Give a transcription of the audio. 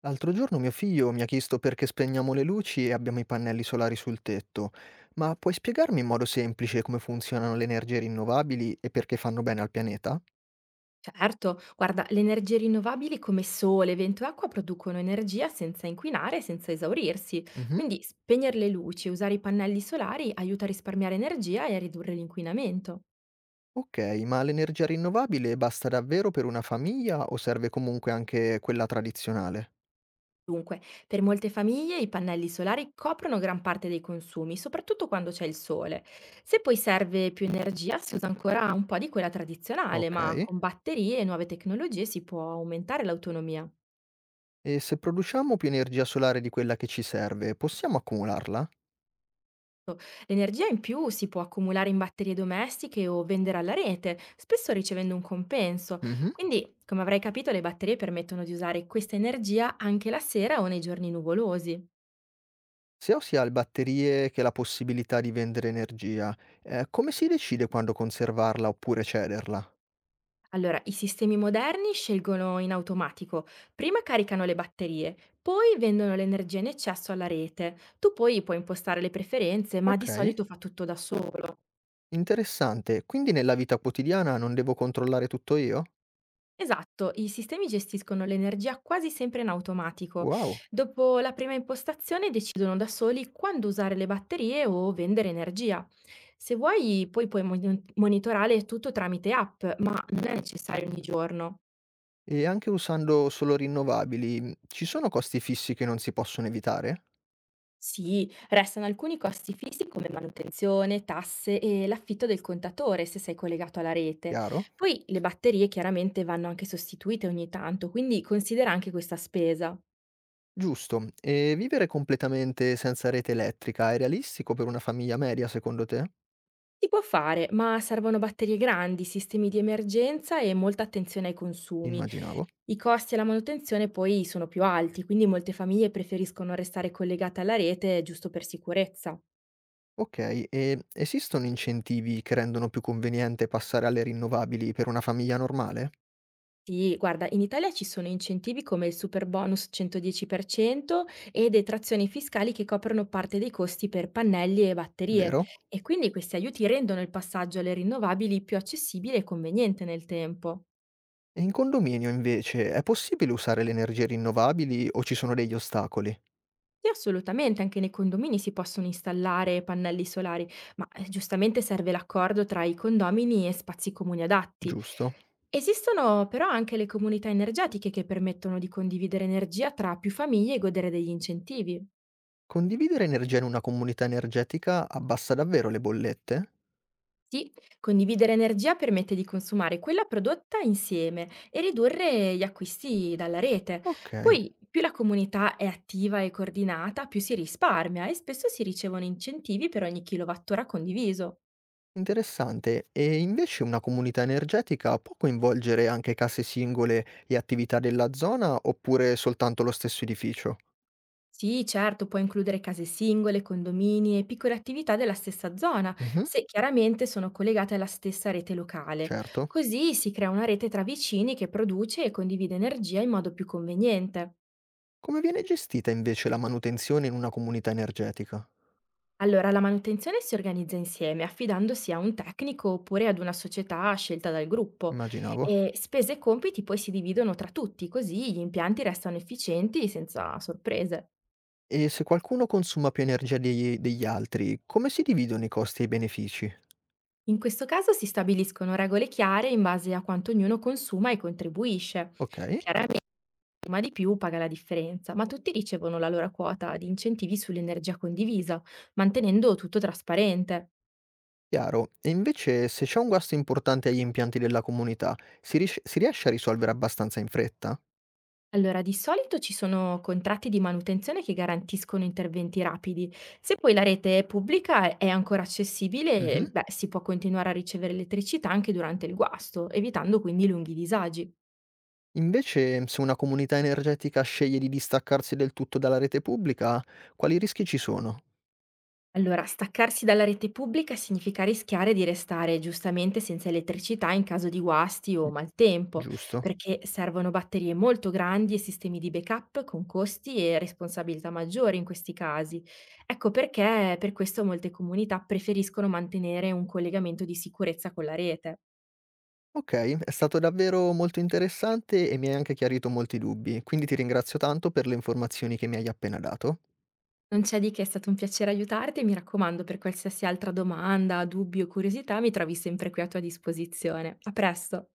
L'altro giorno mio figlio mi ha chiesto perché spegniamo le luci e abbiamo i pannelli solari sul tetto, ma puoi spiegarmi in modo semplice come funzionano le energie rinnovabili e perché fanno bene al pianeta? Certo, guarda, le energie rinnovabili come sole, vento e acqua producono energia senza inquinare e senza esaurirsi, Mhm. quindi spegnere le luci e usare i pannelli solari aiuta a risparmiare energia e a ridurre l'inquinamento. Ok, ma l'energia rinnovabile basta davvero per una famiglia o serve comunque anche quella tradizionale? Dunque, per molte famiglie i pannelli solari coprono gran parte dei consumi, soprattutto quando c'è il sole. Se poi serve più energia, si usa ancora un po' di quella tradizionale, Ok. ma con batterie e nuove tecnologie si può aumentare l'autonomia. E se produciamo più energia solare di quella che ci serve, possiamo accumularla? L'energia in più si può accumulare in batterie domestiche o vendere alla rete, spesso ricevendo un compenso. Mhm. Quindi, come avrai capito, le batterie permettono di usare questa energia anche la sera o nei giorni nuvolosi. Se ho sia le batterie che la possibilità di vendere energia, come si decide quando conservarla oppure cederla? Allora, i sistemi moderni scelgono in automatico. Prima caricano le batterie, poi vendono l'energia in eccesso alla rete. Tu poi puoi impostare le preferenze, ma di Okay, solito fa tutto da solo. interessante. Quindi nella vita quotidiana non devo controllare tutto io? Esatto, i sistemi gestiscono l'energia quasi sempre in automatico. Wow. Dopo la prima impostazione decidono da soli quando usare le batterie o vendere energia. Se vuoi, poi puoi monitorare tutto tramite app, ma non è necessario ogni giorno. E anche usando solo rinnovabili, ci sono costi fissi che non si possono evitare? Sì, restano alcuni costi fissi come manutenzione, tasse e l'affitto del contatore se sei collegato alla rete. Chiaro? Poi le batterie chiaramente vanno anche sostituite ogni tanto, quindi considera anche questa spesa. Giusto. E vivere completamente senza rete elettrica è realistico per una famiglia media secondo te? Si può fare, ma servono batterie grandi, sistemi di emergenza e molta attenzione ai consumi. Immaginavo. I costi e la manutenzione poi sono più alti, quindi molte famiglie preferiscono restare collegate alla rete giusto per sicurezza. Okay, e esistono incentivi che rendono più conveniente passare alle rinnovabili per una famiglia normale? Sì, guarda, in Italia ci sono incentivi come il super bonus 110% e detrazioni fiscali che coprono parte dei costi per pannelli e batterie, Vero? e quindi questi aiuti rendono il passaggio alle rinnovabili più accessibile e conveniente nel tempo. E in condominio invece è possibile usare le energie rinnovabili o ci sono degli ostacoli? Sì, assolutamente, anche nei condomini si possono installare pannelli solari, ma giustamente serve l'accordo tra i condomini e spazi comuni adatti. Giusto. Esistono però anche le comunità energetiche che permettono di condividere energia tra più famiglie e godere degli incentivi. Condividere energia in una comunità energetica abbassa davvero le bollette? Sì, condividere energia permette di consumare quella prodotta insieme e ridurre gli acquisti dalla rete. Ok, Poi, più la comunità è attiva e coordinata, più si risparmia e spesso si ricevono incentivi per ogni kilowattora condiviso. interessante. E invece una comunità energetica può coinvolgere anche case singole e attività della zona oppure soltanto lo stesso edificio? Sì, certo, può includere case singole, condomini e piccole attività della stessa zona, Mhm, se chiaramente sono collegate alla stessa rete locale. certo. Così si crea una rete tra vicini che produce e condivide energia in modo più conveniente. Come viene gestita invece la manutenzione in una comunità energetica? Allora, la manutenzione si organizza insieme, affidandosi a un tecnico oppure ad una società scelta dal gruppo. Immaginavo. E spese e compiti poi si dividono tra tutti, così gli impianti restano efficienti senza sorprese. E se qualcuno consuma più energia degli altri, come si dividono i costi e i benefici? In questo caso si stabiliscono regole chiare in base a quanto ognuno consuma e contribuisce. Ok. Chiaramente chi ma di più paga la differenza, ma tutti ricevono la loro quota di incentivi sull'energia condivisa, mantenendo tutto trasparente. Chiaro. E invece se c'è un guasto importante agli impianti della comunità, si riesce a risolvere abbastanza in fretta? Allora, di solito ci sono contratti di manutenzione che garantiscono interventi rapidi. Se poi la rete è pubblica e è ancora Mh-mh. accessibile, beh, si può continuare a ricevere elettricità anche durante il guasto, evitando quindi lunghi disagi. Invece se una comunità energetica sceglie di distaccarsi del tutto dalla rete pubblica, quali rischi ci sono? Allora, staccarsi dalla rete pubblica significa rischiare di restare giustamente senza elettricità in caso di guasti o maltempo, Giusto. perché servono batterie molto grandi e sistemi di backup con costi e responsabilità maggiori in questi casi. Ecco perché per questo molte comunità preferiscono mantenere un collegamento di sicurezza con la rete. Ok, è stato davvero molto interessante e mi hai anche chiarito molti dubbi, quindi ti ringrazio tanto per le informazioni che mi hai appena dato. Non c'è di che, è stato un piacere aiutarti e mi raccomando, per qualsiasi altra domanda, dubbio o curiosità, mi trovi sempre qui a tua disposizione. A presto!